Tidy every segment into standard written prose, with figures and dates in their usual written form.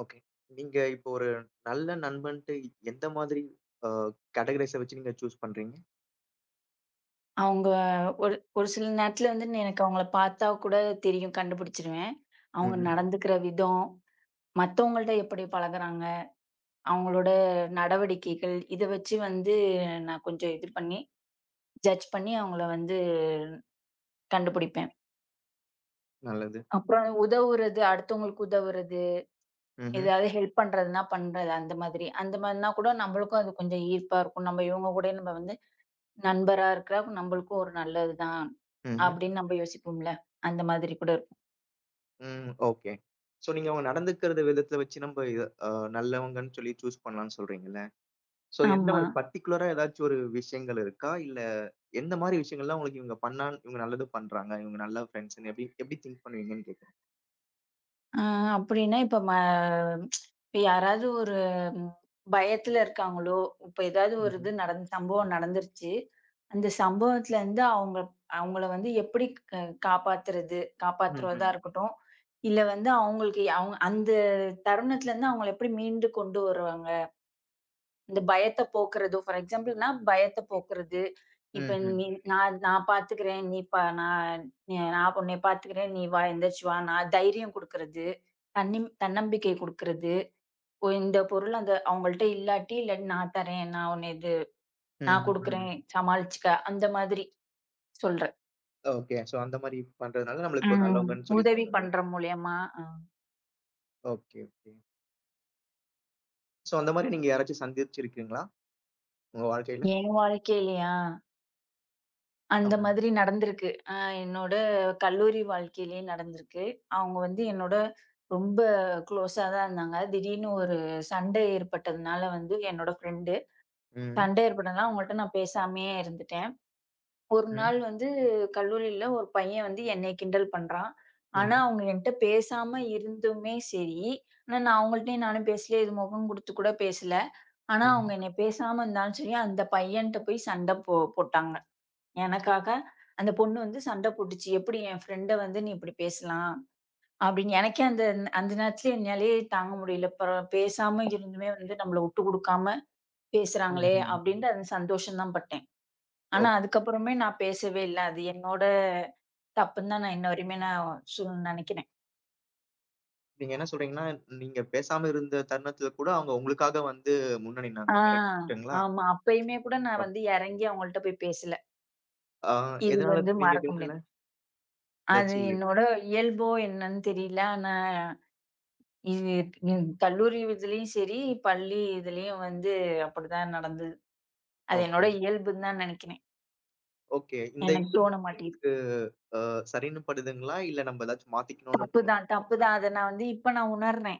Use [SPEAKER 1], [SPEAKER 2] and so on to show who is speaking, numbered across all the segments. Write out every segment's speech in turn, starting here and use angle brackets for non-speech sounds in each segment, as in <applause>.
[SPEAKER 1] Okay. நீங்க இப்போ ஒரு நல்ல நண்பன்ட்டு எந்த மாதிரி அ கேட்டகரைஸ வச்சு நீங்க சூஸ் பண்றீங்க?
[SPEAKER 2] அவங்க ஒரு ஒரு சில நேரத்துல வந்து எனக்கு அவங்கள பார்த்தா கூட தெரியும், கண்டுபிடிச்சுருவேன். அவங்க
[SPEAKER 1] ம்ஹ்ம்.
[SPEAKER 2] நடந்துக்கிற விதம், மத்தவங்கள்ட்ட எப்படி பழகுறாங்க, அவங்களோட நடவடிக்கைகள், இத வச்சு வந்து நான் கொஞ்சம் இது பண்ணி, ஜட்ஜ் பண்ணி அவங்கள வந்து கண்டுபிடிப்பேன்.
[SPEAKER 1] நல்லது.
[SPEAKER 2] அப்புறம் உதவுறது, அடுத்தவங்களுக்கு உதவுறது,
[SPEAKER 1] ம்ஹ்ம்.
[SPEAKER 2] ஏதாவது ஹெல்ப் பண்றதுன்னா பண்றது அந்த மாதிரி. அந்த மாதிரினா கூட நம்மளுக்கும் அது கொஞ்சம் ஈர்ப்பா இருக்கும். நம்ம இவங்க கூட நம்ம வந்து நண்பரா இருக்கிறா நம்மளுக்கும் ஒரு நல்லது தான்
[SPEAKER 1] ம்ஹ்ம்.
[SPEAKER 2] அப்படின்னு நம்ம யோசிப்போம்ல. அந்த மாதிரி கூட இருக்கும்.
[SPEAKER 1] ம். ஓகே. ஸோ நீங்க அவங்க நடந்துக்கிற விதத்த வச்சு நம்ப இத நல்லவங்கன்னு சொல்லி சூஸ் பண்ணலாம்ன்னு சொல்றீங்கல்ல. ஸோ எந்த
[SPEAKER 2] ஆமா.
[SPEAKER 1] மாரி பர்ட்டிகுலரா ஏதாச்சும் ஒரு விஷயங்கள் இருக்கா? இல்ல எந்த மாரி விஷயங்கள்லாம் உங்களுக்கு இவங்க பண்ணா இவங்க நல்லது பண்றாங்க, இவங்க நல்ல ஃப்ரெண்ட்ஸ்ன்னு எப்டி எப்டி திங்க் பண்ணுவீங்கன்னு கேட்கிறேன்?
[SPEAKER 2] ஆ அப்படின்னா, இப்ப யாராவது ஒரு ம், பயத்துல இருக்காங்களோ, இப்ப ஏதாவது ஒரு
[SPEAKER 1] ம்ஹ்ம்.
[SPEAKER 2] இது சம்பவம் நடந்துருச்சு. அந்த சம்பவத்துலருந்து அவங்கள வந்து எப்படி க காப்பாத்துறது? காப்பாத்துறதா
[SPEAKER 1] ம்ஹ்ம்.
[SPEAKER 2] இருக்கட்டும். இல்ல வந்து அவங்களுக்கு அவங்க அந்த தருணத்துலருந்து அவங்கள எப்படி மீண்டு கொண்டு வருவாங்க? இந்த பயத்த போக்குறது ஃபார் எக்ஸாம்பிள்னா, பயத்த போக்குறது. இப்ப
[SPEAKER 1] ம்ஹ்ம்.
[SPEAKER 2] நீ நான் நான் பாத்துக்கிறேன். நீ பா நான் நீ- நான் உன்னைய பாத்துக்கிறேன். நீ வா, எந்திரிச்சு வா. நான் தைரியம் குடுக்குறது. தன்னம்பிக்கை குடுக்குறது. இந்த பொருள் அவங்கள்ட்ட இல்லாட்டி, இல்ல நான் தரேன். நான் உன்ன நான்
[SPEAKER 1] ம்ஹ்ம். ம்.
[SPEAKER 2] குடுக்குறேன். சமாளிச்சுக்க. அந்த மாதிரி சொல்றேன்.
[SPEAKER 1] ஓகே. ஸோ அந்த மாரி பண்றதுனால நம்மளுக்கு ஒரு
[SPEAKER 2] ம்.
[SPEAKER 1] நல்லவங்கன்னு சொல்லி
[SPEAKER 2] உதவி
[SPEAKER 1] தோணுது.
[SPEAKER 2] பண்ற மூலியமா.
[SPEAKER 1] Okay, okay. ஸோ அந்த மாரி நீங்க யாராச்சும் சந்திச்சிருக்கீங்களா? உங்க வாழ்க்கையில?
[SPEAKER 2] என் வாழ்க்கையிலயா? அந்த
[SPEAKER 1] ஆமா.
[SPEAKER 2] மாதிரி நடந்திருக்கு. என்னோட கல்லூரி வாழ்க்கையிலயே நடந்திருக்கு. அவங்க வந்து என்னோட ரொம்ப குளோஸா தான் இருந்தாங்க. திடீர்னு ஒரு சண்டை ஏற்பட்டதுனால வந்து என்னோட ஃப்ரெண்டு.
[SPEAKER 1] ம்.
[SPEAKER 2] சண்டை ஏற்பட்டதுனால அவங்கள்ட்ட நான் பேசாமயே இருந்துட்டேன். ஒரு
[SPEAKER 1] ம்.
[SPEAKER 2] நாள் வந்து கல்லூரியில ஒரு பையன் வந்து என்னைய கிண்டல் பண்றான். ஆனா,
[SPEAKER 1] ம்ஹ்ம்.
[SPEAKER 2] அவங்க என்ட்ட பேசாம இருந்துமே சரி, ஆனா நான் அவங்கள்ட்டயும் நானும் பேசல. இது முகம் குடுத்து கூட பேசல. ஆனா,
[SPEAKER 1] ம்.
[SPEAKER 2] அவங்க என்னைய பேசாம இருந்தாலும் சரி, அந்த பையன்ட்ட போய் சண்ட போ போட்டாங்க. எனக்காக அந்த பொண்ணு வந்து சண்ட போட்டுச்சு. "எப்படி என் ஃப்ரெண்ட வந்து நீ இப்படி பேசலாம்?" அப்படின்னு. எனக்கே அந்த அந்த நேரத்துல என்னாலயே தாங்க முடியல. அப்புறம் பேசாம இருந்துமே வந்து நம்மள விட்டு குடுக்காம பேசுறாங்களே!
[SPEAKER 1] ம்ஹ்ம்.
[SPEAKER 2] அப்படின்ட்டு அந்த சந்தோஷம் தான் பட்டேன்.
[SPEAKER 1] ஓ,
[SPEAKER 2] ஆனா, அதுக்கப்புறமே நான் பேசவே இல்ல. அது என்னோட தப்புன்னு தான் நான் இன்ன வரையுமே நான் சு நெனைக்கிறேன்.
[SPEAKER 1] நீங்க என்ன சொல்றீங்கன்னா, நீங்க பேசாம இருந்த தருணத்துல கூட அவங்க உங்களுக்காக வந்து முன்ன
[SPEAKER 2] ஆ,
[SPEAKER 1] நின்னாங்க. கரெக்ட்டுங்களா?
[SPEAKER 2] ஆமா. அப்பயுமே கூட நான்
[SPEAKER 1] அ
[SPEAKER 2] வந்து எறங்கி அவங்கள்ட்ட போய் பேசல.
[SPEAKER 1] ஆ
[SPEAKER 2] இது
[SPEAKER 1] எதனால
[SPEAKER 2] வந்து
[SPEAKER 1] நீங்க
[SPEAKER 2] மறக்க
[SPEAKER 1] பேசல?
[SPEAKER 2] முடியாது. அது
[SPEAKER 1] ஏதாச்சும்
[SPEAKER 2] என்னோட இயல்போ என்னன்னு தெரியல. ஆனா இது கல்லூரி இதுலயும் சரி, பள்ளி இதுலயும் வந்து அப்படிதான் நடந்தது. அது என்னோட
[SPEAKER 1] ஓகே,
[SPEAKER 2] இயல்புன்னு தான் நெனைக்கிறேன்.
[SPEAKER 1] ஓகே.
[SPEAKER 2] எனக்கு
[SPEAKER 1] இதுக்கு
[SPEAKER 2] தோண மாட்டேங்குது.
[SPEAKER 1] அ சரின்னு படுதுங்களா? இல்ல நம்ம ஏதாச்சும் மாத்திக்கணும்னு
[SPEAKER 2] தப்பு தான், தப்பு தான். அத நான் வந்து இப்ப நான் உணர்றேன்.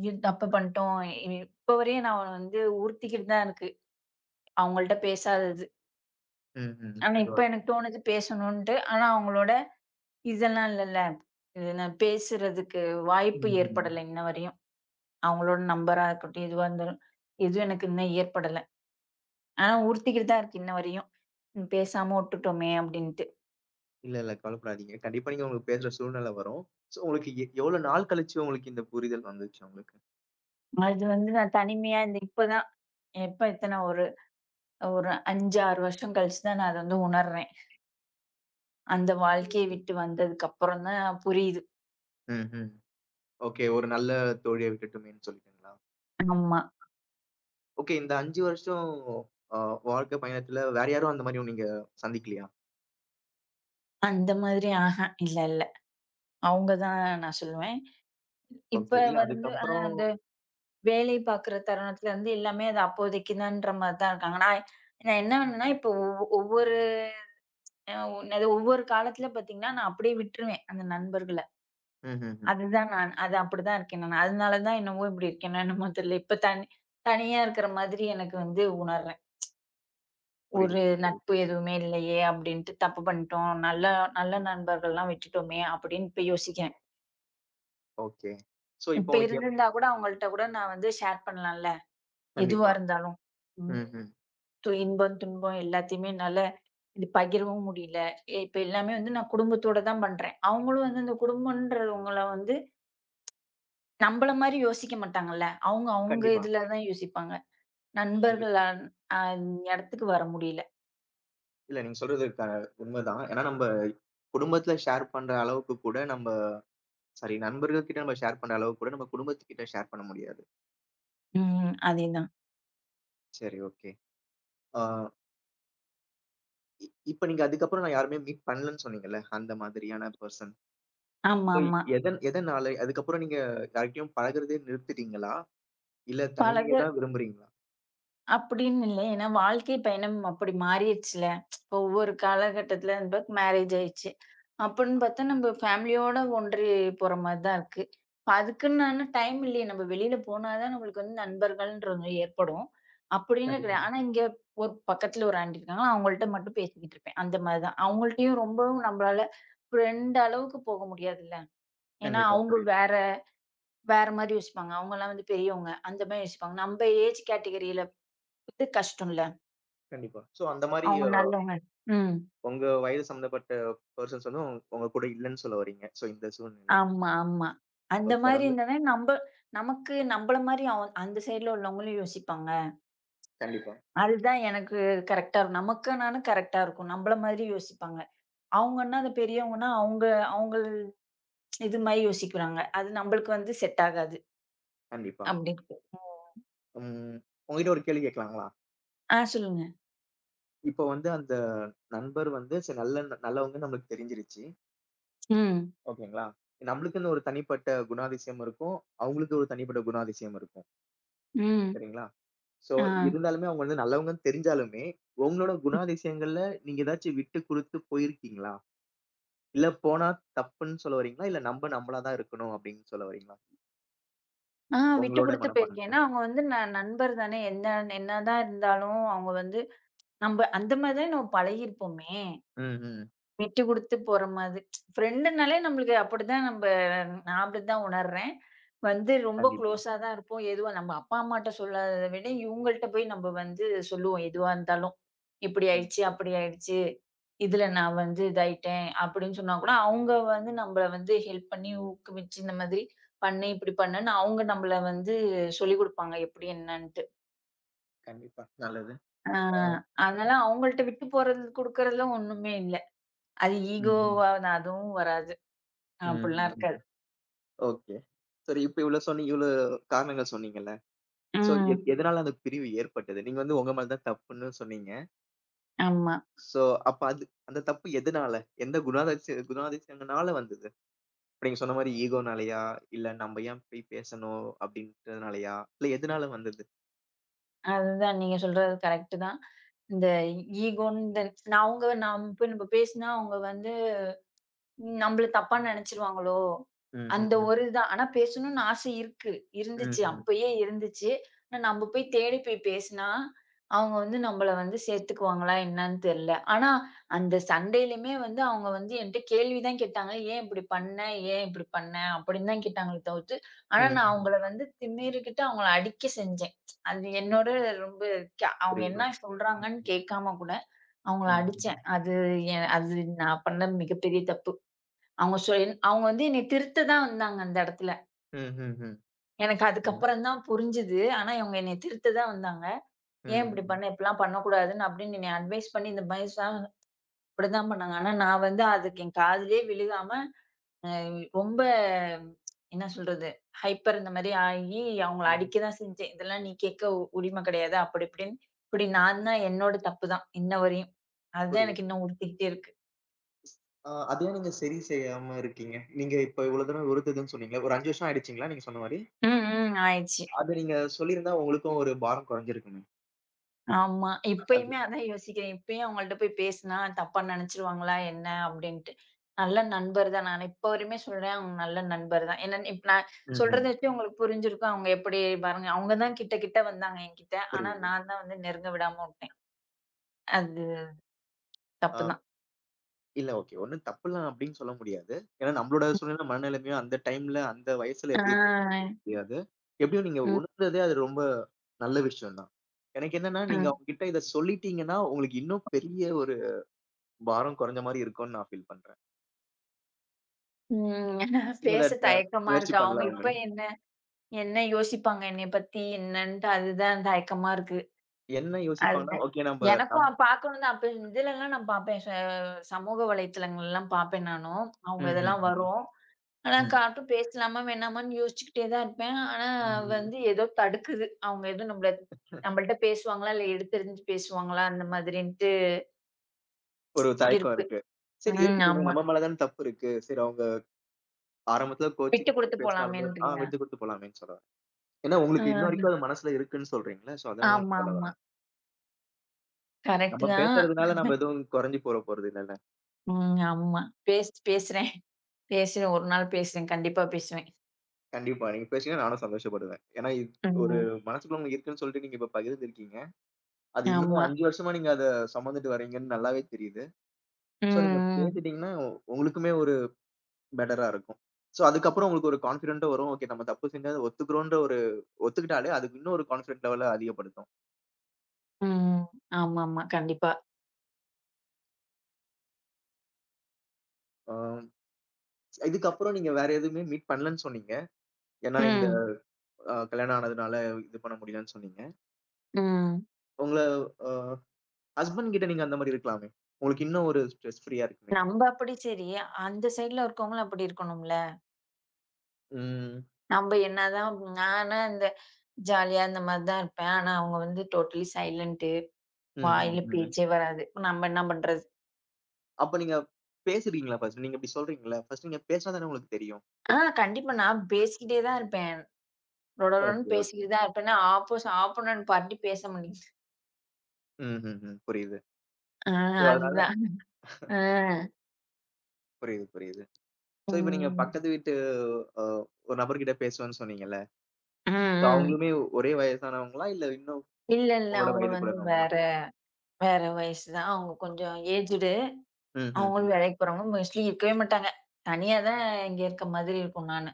[SPEAKER 2] ஐயோ! தப்பு பண்ணிட்டோம். இப்ப வரையும் நான் வந்து உறுத்திக்கிட்டு தான் இருக்கு. அவங்கள்ட்ட பேசாதது.
[SPEAKER 1] ம், ம்.
[SPEAKER 2] ஆனா இப்ப
[SPEAKER 1] பரவால்ல.
[SPEAKER 2] எனக்கு தோணுது பேசணுன்ட்டு. ஆனா அவங்களோட இதெல்லாம் இல்லல்ல. இது நான் பேசுறதுக்கு வாய்ப்பு
[SPEAKER 1] ம்,
[SPEAKER 2] ஏற்படல
[SPEAKER 1] ம்.
[SPEAKER 2] இன்ன வரையும். அவங்களோட நம்பரா இருக்கட்டும், எதுவா இருந்தாலும், எதுவும் எனக்கு இன்னும் ஏற்படல. ஆனா உறுத்திக்கிட்டு தான் இருக்கு இன்ன வரையும். ம் பேசாம உட்டுட்டோமே! அப்டின்ட்டு.
[SPEAKER 1] இல்ல, இல்ல. கவலைப்படாதீங்க. கண்டிப்பா நீங்க உங்களுக்கு பேசுற சூழ்நிலை வரும். சோ உங்களுக்கு எவ்வளவு நாள் கழிச்சு உங்களுக்கு இந்த புரிதல் வந்துச்சு உங்களுக்கு?
[SPEAKER 2] அது வந்து நான் தனிமையா இப்ப தான், எப்ப எத்தன ஒரு ஒரு 5, 6 வருஷம் கழிச்சு தான் நான் அத வந்து உணர்றேன். அந்த வாழ்க்கைய விட்டு வந்ததுக்கப்புறம் தான் புரியுது.
[SPEAKER 1] ம்ஹ்ம். ஓகே. ஒரு நல்ல தோழிய விட்டுட்டோமேன்னு சொல்லிட்டீங்களா?
[SPEAKER 2] ஆமா.
[SPEAKER 1] ஓகே. இந்த 5 வருஷம் அ வாழ்க்கை பயணத்துல வேற யாரும் அந்த மாரி நீங்க சந்திக்கலையா?
[SPEAKER 2] அந்த மாதிரி ஆஹா! இல்ல, இல்ல. அவங்க தான் நான் சொல்லுவேன்.
[SPEAKER 1] ஓகே.
[SPEAKER 2] இப்ப
[SPEAKER 1] இல்ல
[SPEAKER 2] வந்து
[SPEAKER 1] அதுக்கப்புறம்
[SPEAKER 2] அந்த வேலை பார்க்குற தருணத்துல இருந்து எல்லாமே அது அப்போதைக்குதான்ற மாரி தான் இருக்காங்க. நான் நான் என்ன வேணும்னா இப்போ ஒவ் ஒவ்வொரு அ என்னது ஒவ்வொரு காலத்துல பார்த்தீங்கன்னா, நான் அப்படியே விட்டுருவேன் அந்த நண்பர்கள.
[SPEAKER 1] ம்ஹ்ஹ்ம்.
[SPEAKER 2] அதுதான் நான். அது அப்படிதான் இருக்கேன் நானு. அதனால தான் என்னவோ இப்படி இருக்கேனோ என்னமோ தெரியல. இப்ப தனியா இருக்கிற மாதிரி எனக்கு வந்து உணர்றேன். ஒரு
[SPEAKER 1] புரியுது,
[SPEAKER 2] நட்பு
[SPEAKER 1] புரியுது.
[SPEAKER 2] எதுவுமே இல்லையே அப்படின்ட்டு தப்பு பண்ணிட்டோம். நல்ல நல்ல நண்பர்கள்லாம் விட்டுட்டோமே அப்படின்னு இப்ப யோசிக்கிறேன்.
[SPEAKER 1] ஓகே. சோ இப்போ
[SPEAKER 2] இப்ப
[SPEAKER 1] உங்களுக்கு
[SPEAKER 2] இருந்திருந்தா கூட அவங்கள்ட்ட கூட நான் வந்து ஷேர் பண்ணலாம்ல. எதுவா
[SPEAKER 1] கண்டிப்பா.
[SPEAKER 2] இருந்தாலும். ம்.
[SPEAKER 1] ம்ஹ்ம்.
[SPEAKER 2] இன்பம், துன்பம் எல்லாத்தையுமே நல்ல இது பகிரவும் முடியல. இப்ப எல்லாமே வந்து நான் குடும்பத்தோட தான் பண்றேன். அவங்களும் வந்து அந்த குடும்பம்ன்றவங்கள வந்து நம்பள மாரி யோசிக்க மாட்டாங்கல்ல. அவங்க அவங்க
[SPEAKER 1] கண்டிப்பா,
[SPEAKER 2] இதுல தான் யோசிப்பாங்க. நண்பர்கள்
[SPEAKER 1] கண்டிப்பா.
[SPEAKER 2] அந்த இடத்துக்கு வர முடியல.
[SPEAKER 1] இல்ல நீங்க சொல்றது உண்மைதான். ஏன்னா நம்ப குடும்பத்துல ஷேர் பண்ற அளவுக்கு கூட நம்ப சரி. நண்பர்கள் கிட்ட நம்ம ஷேர் பண்ண அளவுக்கு கூட நம்ம குடும்பத்துக்கிட்ட ஷேர் பண்ண முடியாது.
[SPEAKER 2] ம். அதேதான்.
[SPEAKER 1] சரி ஓகே. ஆ இ இப்ப நீங்க அதுக்கப்புறம் நான் யாருமே மீட் பண்ணலன்னு சொன்னீங்கல்ல, அந்த மாதிரியான பெர்சன். சோ
[SPEAKER 2] ஆமாமா.
[SPEAKER 1] எதனால அதுக்கப்புறம் நீங்க யார்கிட்டயும் பழகுறதே நிறுத்திட்டீங்களா? இல்ல
[SPEAKER 2] பழக
[SPEAKER 1] தனிமைய தான் விரும்புறீங்களா?
[SPEAKER 2] அப்படின்னு இல்ல. ஏன்னா வாழ்க்கை பயணம் அப்படி மாறிருச்சுல. இப்போ ஒவ்வொரு காலகட்டத்துல நமக்கு மேரேஜ் ஆயிடுச்சு. அப்படின்னு பார்த்தா நம்ம ஃபேமிலியோட ஒன்றி போற மாரி தான் இருக்கு. இப்ப அதுக்குன்னான டைம் இல்லையே. நம்ம வெளியில போனா தான் நம்மளுக்கு வந்து நண்பர்கள்ன்றது ஏற்படும். அப்படின்னு
[SPEAKER 1] கண்டிப்பா,
[SPEAKER 2] கிடையாது. ஆனா இங்க ஒரு பக்கத்துல ஒரு ஆன்டி இருக்காங்க. அவங்கள்ட்ட மட்டும் பேசிக்கிட்டு இருப்பேன். அந்த மாரி தான். அவங்கள்ட்டயும் ரொம்பவும் நம்மளால ஃப்ரெண்ட் அளவுக்கு போக முடியாதுல்ல. ஏன்னா
[SPEAKER 1] கண்டிப்பா.
[SPEAKER 2] அவங்க
[SPEAKER 1] புரியுது.
[SPEAKER 2] வேற வேற மாரி யோசிப்பாங்க. அவங்கலாம் வந்து பெரியவங்க. அந்த மாரி யோசிப்பாங்க. நம்ம ஏஜ் கேட்டகரியில இது கஷ்டம்ல.
[SPEAKER 1] கண்டிப்பா. சோ அந்த மாரி
[SPEAKER 2] அவங்க நல்லவங்க. ம்.
[SPEAKER 1] உங்க வயது சம்மந்தப்பட்ட பெர்சன்ஸ் வந்து உங்க கூட இல்லன்னு சொல்ல வரீங்க. சோ இந்த சூழ்நிலையில.
[SPEAKER 2] ஆமா, ஆமா. அந்த
[SPEAKER 1] ஓகே.
[SPEAKER 2] மாரி
[SPEAKER 1] அதாவது
[SPEAKER 2] இருந்தோனே நம்ப நமக்கு நம்பள மாரி அந்த சைடுல உள்ளவங்களும் யோசிப்பாங்க.
[SPEAKER 1] கண்டிப்பா,
[SPEAKER 2] அதுதான் எனக்கு கரெக்ட்டா இருக்கும். நமக்குனாலும் கரெக்ட்டா இருக்கும். நம்பள மாதிரி யோசிப்பாங்க. அவங்கன்னா அது பெரியவங்கன்னா அவங்க அவங்க இது மாரி யோசிக்கிறாங்க. அது நம்பளுக்கு வந்து செட் ஆகாது.
[SPEAKER 1] கண்டிப்பா.
[SPEAKER 2] அப்படி இருக்கு. ஓ!
[SPEAKER 1] ம். உங்ககிட்ட ஒரு கேள்வி கேட்கலாங்களா?
[SPEAKER 2] ஆ சொல்லுங்க.
[SPEAKER 1] இப்ப வந்து அந்த நண்பர் வந்து சரி நல்ல நல்லவங்கன்னு நம்மளுக்கு தெரிஞ்சிருச்சு.
[SPEAKER 2] ம்,
[SPEAKER 1] ஓகேங்களா? நம்மளுக்குன்னு ஒரு தனிப்பட்ட குணாதிசயம் இருக்கும். அவங்களுக்கு ஒரு தனிப்பட்ட குணாதிசயம் இருக்கும்.
[SPEAKER 2] ம்.
[SPEAKER 1] சரிங்களா? சோ,
[SPEAKER 2] ஆ.
[SPEAKER 1] இருந்தாலுமே அவங்க வந்து நல்லவங்கன்னு தெரிஞ்சாலுமே, உங்களோட குணாதிசயங்கள்ல நீங்க ஏதாச்சும் விட்டு குடுத்து போயிருக்கீங்களா? இல்ல போனா தப்புன்னு சொல்ல வரீங்களா? இல்ல நம்ப நம்மளா தான் இருக்கணும் அப்படின்னு சொல்ல வரீங்களா?
[SPEAKER 2] ஆ விட்டு
[SPEAKER 1] உங்களோட
[SPEAKER 2] குடுத்து போயிருக்கேன். ஏன்னா
[SPEAKER 1] மனப்பான்மைல.
[SPEAKER 2] அவங்க வந்து நண்பர் தானே, என்ன என்னதான் இருந்தாலும் அவங்க வந்து நம்ப அந்த மாரி தானே நம்ம பழகியிருப்போமே!
[SPEAKER 1] ம், ம்.
[SPEAKER 2] விட்டு குடுத்து போற மாதிரி. ஃப்ரெண்டுனாலே நம்மளுக்கு அப்படிதான், நம்ப நான் அப்படிதான் உணர்றேன். வந்து ரொம்ப
[SPEAKER 1] கண்டிப்பா.
[SPEAKER 2] க்ளோஸா தான் இருப்போம். எதுவா நம்ம அப்பா, அம்மாட்ட சொல்லாதத விட, இவங்கள்ட்ட போய் நம்ம வந்து சொல்லுவோம். எதுவா இருந்தாலும். இப்படி
[SPEAKER 1] ம்.
[SPEAKER 2] ஆயிடுச்சு, அப்படி ஆயிடுச்சு. இதுல நான் வந்து இதாயிட்டேன் அப்படின்னு சொன்னா கூட, அவங்க வந்து நம்மள வந்து ஹெல்ப் பண்ணி ஊக்குவிச்சு, இந்த மாதிரி பண்ணு, இப்படி பண்ணுன்னு அவங்க நம்மள வந்து சொல்லிக் குடுப்பாங்க. எப்படி என்னன்ட்டு.
[SPEAKER 1] கண்டிப்பா. நல்லது.
[SPEAKER 2] ஆ.
[SPEAKER 1] ஆ.
[SPEAKER 2] அதனால அவங்கள்ட்ட விட்டு போறது குடுக்கறதுல ஒண்ணுமே இல்ல. அது
[SPEAKER 1] ம், ம்.
[SPEAKER 2] ஈகோவா அதுவும் வராது.
[SPEAKER 1] ம்,
[SPEAKER 2] அப்படிலாம்
[SPEAKER 1] ம்.
[SPEAKER 2] இருக்காது.
[SPEAKER 1] ஓகே. சரி இப்ப இவ்ளோ சொன்னீங்க இவ்ளோ காரணங்கள் சொன்னீங்கல்ல. சோ, ம்.
[SPEAKER 2] ம்.
[SPEAKER 1] எதனால அந்த பிரிவு ஏற்பட்டது? நீங்க வந்து உங்க மேல தான் தப்புன்னு சொன்னீங்க.
[SPEAKER 2] ஆமா.
[SPEAKER 1] சோ, அப்ப அது அந்த தப்பு எதனால? எந்த குணாதிசயங்கனால வந்தது? இப்ப நீங்க சொன்ன மாரி ஈகோனாலயா? இல்ல நம்ம ஏன் போய் பேசணும் அப்படின்றதுனாலயா? இல்ல எதனால வந்தது?
[SPEAKER 2] அதுதான் நீங்க சொல்றது கரெக்ட்டு தான். இந்த ஈகோன்னு நான் போய் நம்ம பேசினா அவங்க வந்து நம்மள தப்பா நெனச்சுருவாங்களோ?
[SPEAKER 1] ம், ம்,
[SPEAKER 2] அந்த ஒரு
[SPEAKER 1] ம்.
[SPEAKER 2] இதான். ஆனா பேசணும்னு ஆசை இருக்கு. இருந்துச்சு.
[SPEAKER 1] ம்ஹ்ம்.
[SPEAKER 2] அப்பயே இருந்துச்சு. ஆனா நம்ம போய் தேடி போய் பேசினா, அவங்க வந்து நம்மள வந்து சேர்த்துக்குவாங்களா என்னன்னு தெரியல. ஆனா அந்த சண்டையிலயுமே வந்து அவங்க வந்து என்ட்ட கேள்வி தான் கேட்டாங்க. "ஏன் இப்படி பண்ண? ஏன் இப்படி பண்ண?" அப்படின்னு தான் கேட்டாங்களே தவிர்த்து, ஆனா நான் அவங்கள
[SPEAKER 1] ம்ஹ்ம்.
[SPEAKER 2] வந்து திமிறிக்கிட்டு அவங்கள அடிக்க செஞ்சேன். அது என்னோட ரொம்ப அவங்க
[SPEAKER 1] புரியல.
[SPEAKER 2] என்ன சொல்றாங்கன்னு
[SPEAKER 1] ம்ஹ்ம்.
[SPEAKER 2] கேட்காம கூட அவங்கள
[SPEAKER 1] ம்ஹ்ம்.
[SPEAKER 2] அடிச்சேன். அது நான் பண்ண மிகப்பெரிய தப்பு. அவங்க வந்து என்னைய திருத்த தான் வந்தாங்க அந்த இடத்துல.
[SPEAKER 1] ம். ம். ம்.
[SPEAKER 2] எனக்கு
[SPEAKER 1] ம்,
[SPEAKER 2] அதுக்கப்புறம் தான் புரிஞ்சுது. ஆனா இவங்க என்னைய திருத்த தான் வந்தாங்க. "ஏன் இப்படி
[SPEAKER 1] ம்,
[SPEAKER 2] பண்ண? இப்படிலாம் பண்ணக்கூடாதுன்னு" அப்படின்னு என்னைய அட்வைஸ் பண்ணி இந்த பயசாம் இப்படிதான் பண்ணாங்க. ஆனா நான் வந்து அதுக்கு என் காதுலயே விழுகாம அ ரொம்ப என்ன சொல்றது? ஹைப்பர் இந்த மாரி ஆகி அவங்கள
[SPEAKER 1] ம், ம்.
[SPEAKER 2] அடிக்க தான் செஞ்சேன். "இதெல்லாம் நீ கேட்க உரிமை கிடையாது" அப்படி இப்படின்னு. இப்படி நான் தான் என்னோட தப்பு தான் இன்ன வரையும். அதுதான்
[SPEAKER 1] புரியுது.
[SPEAKER 2] எனக்கு இன்னும் உறுத்திக்கிட்டே இருக்கு.
[SPEAKER 1] ஆ அத ஏன் நீங்க சரி செய்யாம இருக்கீங்க? நீங்க இப்ப இவ்வளவு தூரம் உறுத்துதுன்னு சொன்னீங்களே, ஒரு 5 வருஷம் ஆயிடுச்சுங்களா நீங்க சொன்ன மாரி?
[SPEAKER 2] ம், ம். ஆயிடுச்சு.
[SPEAKER 1] அத நீங்க சொல்லியிருந்தா உங்களுக்கும் ஒரு பாரம் குறைஞ்சிருக்குமே!
[SPEAKER 2] ஆமா.
[SPEAKER 1] அது
[SPEAKER 2] இப்பயுமே அதான் யோசிக்கிறேன். இப்பயும் அவங்கள்ட்ட போய் பேசினா தப்பா நெனச்சுருவாங்களா என்ன அப்டின்ட்டு. நல்ல நண்பர் தான். நான் இப்ப வரையுமே சொல்றேன் அவங்க நல்ல நண்பர் தான். என்னன்னு இப்ப நான் சொல்றத
[SPEAKER 1] ம்ஹ்ம்.
[SPEAKER 2] வச்சு உங்களுக்கு புரிஞ்சிருக்கும். அவங்க எப்டி பாருங்க. அவங்க தான் கிட்ட கிட்ட வந்தாங்க என்கிட்ட. ஆனா
[SPEAKER 1] புரியுது.
[SPEAKER 2] நான் தான் வந்து நெருங்க விடாம உட்டேன். அது தப்பு
[SPEAKER 1] ஆ
[SPEAKER 2] தான்.
[SPEAKER 1] இல்ல ஓகே. ஒண்ணும் தப்புலாம் அப்படின்னு சொல்ல முடியாது. ஏன்னா நம்மளோட சூழ்நிலை, மனநிலைமையும் அந்த டைம்ல, அந்த வயசுல
[SPEAKER 2] ஆ.
[SPEAKER 1] எப்படி இருக்குன்னு தெரியாது. எப்படியோ நீங்க
[SPEAKER 2] ம்,
[SPEAKER 1] உணர்ந்ததே அது ரொம்ப நல்ல விஷயம் தான். எனக்கு என்னன்னா, நீங்க
[SPEAKER 2] ம்,
[SPEAKER 1] அவங்ககிட்ட இத சொல்லிட்டீங்கன்னா, உங்களுக்கு இன்னும் பெரிய ஒரு பாரம் குறைஞ்ச மாரி இருக்கும்ன்னு நான் ஃபீல் பண்றேன்.
[SPEAKER 2] ம். <laughs>
[SPEAKER 1] நீங்க அத
[SPEAKER 2] பேச
[SPEAKER 1] அ
[SPEAKER 2] தயக்கமா
[SPEAKER 1] முயற்சி
[SPEAKER 2] இருக்கு. அவங்க
[SPEAKER 1] பண்ணலாம்ன்னு.
[SPEAKER 2] இப்ப என்ன என்ன யோசிப்பாங்க என்னைய பத்தி என்னன்ட்டு அதுதான் தயக்கமா இருக்கு.
[SPEAKER 1] என்ன யோசிப்பாங்கன்னா,
[SPEAKER 2] அதுதான்.
[SPEAKER 1] ஓகே நம்ப நம்
[SPEAKER 2] எனக்கும் பார்க்கணும் தான். அப்ப இதுலலாம் நான் பார்ப்பேன். சமூக வலைத்தளங்கள்லாம் பார்ப்பேன் நானும். அவங்க இதெல்லாம்
[SPEAKER 1] ம்ஹ்ம்.
[SPEAKER 2] வரும். ஆனா
[SPEAKER 1] ம்.
[SPEAKER 2] காட்டும் பேசலாமா, வேணாமான்னு யோசிச்சுக்கிட்டே தான் இருப்பேன். ஆனா
[SPEAKER 1] ம்.
[SPEAKER 2] வந்து ஏதோ தடுக்குது. அவங்க எதுவும் நம்மள்ட்ட பேசுவாங்களா? இல்ல எடுத்தெறிஞ்சு பேசுவாங்களா? அந்த மாதிரின்ட்டு
[SPEAKER 1] ஒரு தயக்கம்
[SPEAKER 2] இருக்கு.
[SPEAKER 1] இருக்கு. சரி
[SPEAKER 2] ம்.
[SPEAKER 1] இருக்கட்டுமே,
[SPEAKER 2] ஆமா.
[SPEAKER 1] நம்ம மேல தான தப்பு இருக்கு. சரி அவங்க ஆரம்பத்துல
[SPEAKER 2] விட்டு
[SPEAKER 1] கோச்சிக்கிட்டு
[SPEAKER 2] குடுத்து
[SPEAKER 1] பேசினாலுமே, ஆ
[SPEAKER 2] போலாமேன்றீங்க?
[SPEAKER 1] விட்டு குடுத்து போலாமேன்னு சொல்லலாம். ஏன்னா,
[SPEAKER 2] அ.
[SPEAKER 1] உங்களுக்கு இன்ன வரைக்கும் அது மனசுல இருக்குன்னு சொல்றீங்கல்ல. சோ, அதனால
[SPEAKER 2] ஆமா,
[SPEAKER 1] நான் சொல்ல
[SPEAKER 2] ஆமா.
[SPEAKER 1] வரேன்.
[SPEAKER 2] கரெக்ட்
[SPEAKER 1] நம்ம
[SPEAKER 2] தான்.
[SPEAKER 1] பேசுறதுனால நம்ம எதுவும் குறைஞ்சு போறது இல்லல்ல.
[SPEAKER 2] ம். ஆமா. பேசுறேன். பேசுறேன். ஒரு நாள் பேசுறேன். கண்டிப்பா பேசுவேன்.
[SPEAKER 1] கண்டிப்பா. நீங்க பேசுனீங்கன்னா நானும் சந்தோஷப்படுவேன். ஏன்னா, இது ஒரு
[SPEAKER 2] ம்.
[SPEAKER 1] மனசுக்குள்ள உங்களுக்கு இருக்குன்னு சொல்லிட்டு நீங்க இப்ப பகிர்ந்துருக்கீங்க. அது இன்னமும்
[SPEAKER 2] ஆமா.
[SPEAKER 1] 5 வருஷமா நீங்க அத சுமந்துட்டு வரீங்கன்னு நல்லாவே தெரியுது.
[SPEAKER 2] ம்.
[SPEAKER 1] சோ, நீங்க
[SPEAKER 2] ம்.
[SPEAKER 1] பேசிட்டீங்கன்னா, உங்களுக்குமே ஒரு பெட்டரா இருக்கும். சோ, அதுக்கப்புறம் உங்களுக்கு ஒரு கான்ஃபிடென்ட்டும் வரும். ஓகே நம்ம தப்பு செஞ்சா அத ஒத்துக்கிறோன்ற ஒரு ஒத்துக்கிட்டாலே, அதுக்கு இன்னும் ஒரு கான்ஃபிடென்ட் லெவல அதிகப்படுத்தும்.
[SPEAKER 2] ம். ஆமாமா. கண்டிப்பா.
[SPEAKER 1] ஆ இதுக்கப்புறம் நீங்க வேற எதுவுமே மீட் பண்ணலன்னு சொன்னீங்க. ஏன்னா, இந்த
[SPEAKER 2] ம்.
[SPEAKER 1] கல்யாணம் ஆனதுனால இது பண்ண முடியலன்னு சொன்னீங்க.
[SPEAKER 2] ம்.
[SPEAKER 1] உங்கள அ ஹஸ்பண்ட் கிட்ட நீங்க அந்த மாரி இருக்கலாமே. உங்களுக்கு இன்னும் ஒரு ஸ்ட்ரெஸ் ஃப்ரீயா இருக்குமே.
[SPEAKER 2] நம்ப அப்படி சரி. அந்த சைடுல இருக்கவங்களும் அப்படி இருக்கணும்ல.
[SPEAKER 1] ம்.
[SPEAKER 2] நம்ப என்னதான் நானா இந்த ஜாலியா இந்த மாரி தான் இருப்பேன். ஆனா அவங்க வந்து டோட்டலி சைலன்ட்டு.
[SPEAKER 1] ம்,
[SPEAKER 2] வாயில
[SPEAKER 1] ம், ம்.
[SPEAKER 2] பேச்சே வராது. நம்ம என்ன பண்றது?
[SPEAKER 1] அப்ப நீங்க பேசுறீங்களா ஃபர்ஸ்ட்? நீங்க இப்படி சொல்றீங்கல்ல, ஃபர்ஸ்ட் நீங்க பேசினா தானே உங்களுக்கு தெரியும்.
[SPEAKER 2] ஆ கண்டிப்பா நான் பேசிக்கிட்டே தான் இருப்பேன். ரொடரொடன்னு
[SPEAKER 1] ஓகே, ஓகே.
[SPEAKER 2] பேசிக்கிட்டு தான் இருப்பேன்னா, ஆப்போஸ் ஆப்போனன்ட் பார்ட்டி பேச மாட்டேங்குது.
[SPEAKER 1] ம், ம், ம். புரியுது.
[SPEAKER 2] ஆ
[SPEAKER 1] சோ, அதனால
[SPEAKER 2] அதுதான். ஆ.
[SPEAKER 1] புரியுது, புரியுது. சோ, இப்ப நீங்க
[SPEAKER 2] ம்.
[SPEAKER 1] பக்கத்து வீட்டு அ ஒரு நபர்கிட்ட பேசுவேன்னு சொன்னீங்கல்ல.
[SPEAKER 2] ம்,
[SPEAKER 1] சோ,
[SPEAKER 2] ம்.
[SPEAKER 1] அவங்களுமே ஒரே வயசானவங்களா? இல்ல இன்னும்
[SPEAKER 2] இல்ல, இல்ல.
[SPEAKER 1] உங்களோட
[SPEAKER 2] அவங்க
[SPEAKER 1] வயது
[SPEAKER 2] வந்து
[SPEAKER 1] கூடனவங்களா?
[SPEAKER 2] வேற வேற வயசு தான். அவங்க கொஞ்சம் ஏஜ்டு.
[SPEAKER 1] ம், ம்,
[SPEAKER 2] அவங்களும்
[SPEAKER 1] ம்.
[SPEAKER 2] வேலைக்கு போறாங்க. மோஸ்ட்லி இருக்கவே மாட்டாங்க. தனியா தான் இங்க இருக்க மாதிரி இருக்கும் நானு.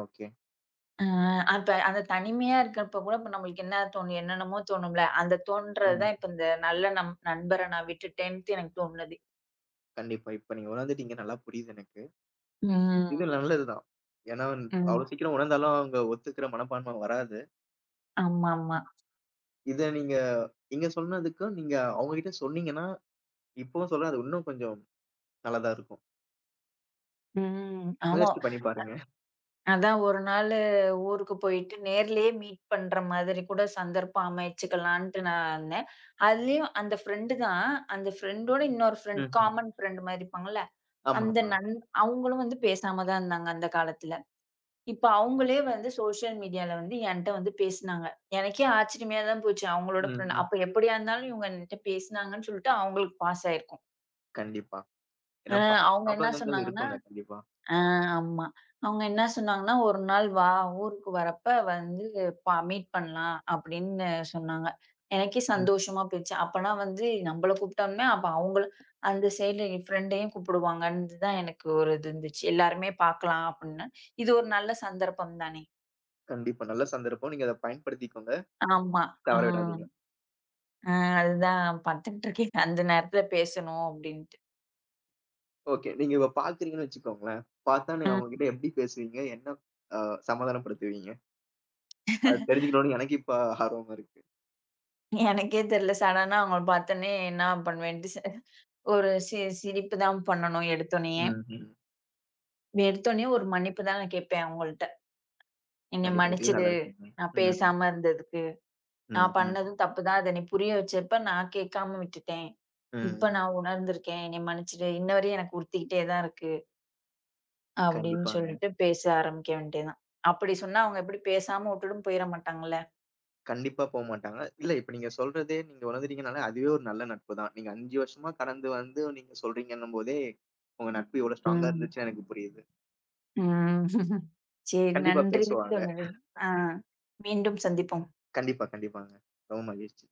[SPEAKER 1] ஓகே.
[SPEAKER 2] அ அப்ப அந்த தனிமையா இருக்கிறப்ப கூட இப்ப நம்மளுக்கு என்ன தோணும்? என்னென்னமோ தோணும்ல. அந்த தோன்றது
[SPEAKER 1] ஆமா.
[SPEAKER 2] தான் இப்ப இந்த நல்ல நண்பர நான் விட்டுட்டேன்ட்டு எனக்கு தோணுனது.
[SPEAKER 1] கண்டிப்பா. இப்ப நீங்க உணர்ந்துட்டீங்க. நல்லா புரியுது எனக்கு.
[SPEAKER 2] ம்.
[SPEAKER 1] இது நல்லதுதான். ஏன்னா, வந்து
[SPEAKER 2] ம்.
[SPEAKER 1] அவ்வளவு சீக்கிரம் உணர்ந்தாலும் அவங்க ஒத்துக்கிற மனப்பான்மை வராது.
[SPEAKER 2] ஆமாமா.
[SPEAKER 1] இத நீங்க இங்க சொன்னதுக்கும், நீங்க அவங்ககிட்ட சொன்னீங்கன்னா, இப்பவும் சொல்றேன் அது இன்னும் கொஞ்சம் நல்லதா இருக்கும்.
[SPEAKER 2] ம். ஆமா.
[SPEAKER 1] முயற்சி பண்ணி பாருங்க.
[SPEAKER 2] அதான் ஒரு நாளு ஊருக்கு போயிட்டு நேர்லயே மீட் பண்ற மாதிரி கூட சந்தர்ப்பம் அமைச்சுக்கலான்ட்டு நான் இருந்தேன். அதுலயும் அந்த ஃப்ரெண்டு தான். அந்த ஃப்ரெண்டோட இன்னொரு ஃப்ரெண்ட்
[SPEAKER 1] ம்ஹ்ம்.
[SPEAKER 2] காமன் ஃப்ரெண்ட் மாரி இருப்பாங்கல்ல. அந்த
[SPEAKER 1] ஆமாமா.
[SPEAKER 2] நண் அவங்களும் வந்து பேசாம தான் இருந்தாங்க அந்த காலத்துல. இப்ப அவங்களே வந்து சோஷியல் மீடியால வந்து என்ட்ட வந்து பேசுனாங்க. எனக்கே ஆச்சரியமா தான் போச்சு. அவங்களோட
[SPEAKER 1] ம்,
[SPEAKER 2] ஃப்ரெண்ட்
[SPEAKER 1] ம்.
[SPEAKER 2] அப்ப எப்படியா இருந்தாலும் இவங்க என்ட்ட பேசுனாங்கன்னு சொல்லிட்டு அவங்களுக்கு பாஸ் ஆயிருக்கும்.
[SPEAKER 1] கண்டிப்பா.
[SPEAKER 2] அ
[SPEAKER 1] ஏன்னா பழைய
[SPEAKER 2] அவங்க என்ன
[SPEAKER 1] ஞாபகங்கள்
[SPEAKER 2] சொன்னாங்கன்னா,
[SPEAKER 1] இருக்குங்க கண்டிப்பா.
[SPEAKER 2] ஆ ஆமா. அவங்க என்ன சொன்னாங்கன்னா, "ஒரு நாள் வா, ஊருக்கு வரப்ப வந்து மீட் பண்ணலாம்." அப்படின்னு சொன்னாங்க. எனக்கே
[SPEAKER 1] ம்.
[SPEAKER 2] சந்தோஷமா போயிடுச்சு. அப்பன்னா வந்து நம்மள கூப்பிட்டோம்னா, அப்ப அவங்கள அந்த சைடுல என் ஃப்ரெண்டையும் கூப்பிடுவாங்கன்னு தான் எனக்கு ஒரு இது இருந்துச்சு. எல்லாருமே பார்க்கலாம் அப்படின்னு. இது ஒரு நல்ல சந்தர்ப்பம் தானே!
[SPEAKER 1] கண்டிப்பா. நல்ல சந்தர்ப்பம். நீங்க அத பயன்படுத்திக்கோங்க.
[SPEAKER 2] ஆமா.
[SPEAKER 1] தவற
[SPEAKER 2] ம்.
[SPEAKER 1] விடாதீங்க.
[SPEAKER 2] அதுதான் பார்த்துட்டு இருக்கேன். அந்த நேரத்துல பேசணும் அப்படின்ட்டு.
[SPEAKER 1] ஓகே. நீங்க இப்ப பார்க்குறீங்கன்னு வச்சுக்கோங்களேன். பார்த்தா நீங்க
[SPEAKER 2] ம்.
[SPEAKER 1] அவங்ககிட்ட எப்படி பேசுவீங்க? என்ன அ சமாதானப்படுத்துவீங்க? அது தெரிஞ்சுக்கணும்னு எனக்கு இப்ப ஆர்வமா இருக்கு.
[SPEAKER 2] எனக்கே தெரியல. சடனா அவங்கள பார்த்தோனே என்ன பண்ணுவேன்ட்டு, ஒரு சிரிப்பு தான் பண்ணணும் எடுத்தோனே.
[SPEAKER 1] ம், ம்.
[SPEAKER 2] எடுத்தோனே ஒரு மன்னிப்பு தான் நான் கேட்பேன் அவங்கள்ட்ட. "என்னைய
[SPEAKER 1] கண்டிப்பா. இதுவே
[SPEAKER 2] மன்னிச்சிடு.
[SPEAKER 1] நல்ல விஷயம் தான்.
[SPEAKER 2] நான்
[SPEAKER 1] ம்,
[SPEAKER 2] பேசாம இருந்ததுக்கு. நான்
[SPEAKER 1] ம், ம்,
[SPEAKER 2] பண்ணதும் தப்பு தான். அத நீ புரிய வச்சப்ப நான் கேட்காம விட்டுட்டேன்.
[SPEAKER 1] ம்.
[SPEAKER 2] இப்ப நான் உணர்ந்திருக்கேன். என்னைய மன்னிச்சிடு. இன்ன வரையும் எனக்கு உறுத்திக்கிட்டே தான் இருக்கு." அப்படின்னு
[SPEAKER 1] கண்டிப்பாங்க.
[SPEAKER 2] சொல்லிட்டு பேச ஆரம்பிக்க வேண்டியதுதான். அப்படி சொன்னா அவங்க எப்படி பேசாம விட்டுட்டும் போயிற மாட்டாங்கல்ல.
[SPEAKER 1] கண்டிப்பா போமாட்டாங்க. இல்ல இப்ப நீங்க சொல்றதே நீங்க உணர்ந்துட்டீங்கனாலே, அதுவே ஒரு நல்ல நட்பு தான். நீங்க 5 வருஷமா கடந்து வந்து நீங்க சொல்றீங்கன்னும் போதே, உங்க நட்பு எவ்வளோ ஸ்ட்ராங்கா
[SPEAKER 2] ம்.
[SPEAKER 1] இருந்துச்சுன்னு எனக்கு புரியுது.
[SPEAKER 2] ம். <laughs> சரி
[SPEAKER 1] கண்டிப்பா
[SPEAKER 2] நன்றி
[SPEAKER 1] பேசுவாங்க.
[SPEAKER 2] தோழரே. ஆ. மீண்டும் சந்திப்போம்.
[SPEAKER 1] கண்டிப்பா, கண்டிப்பாங்க. ரொம்ப மகிழ்ச்சி.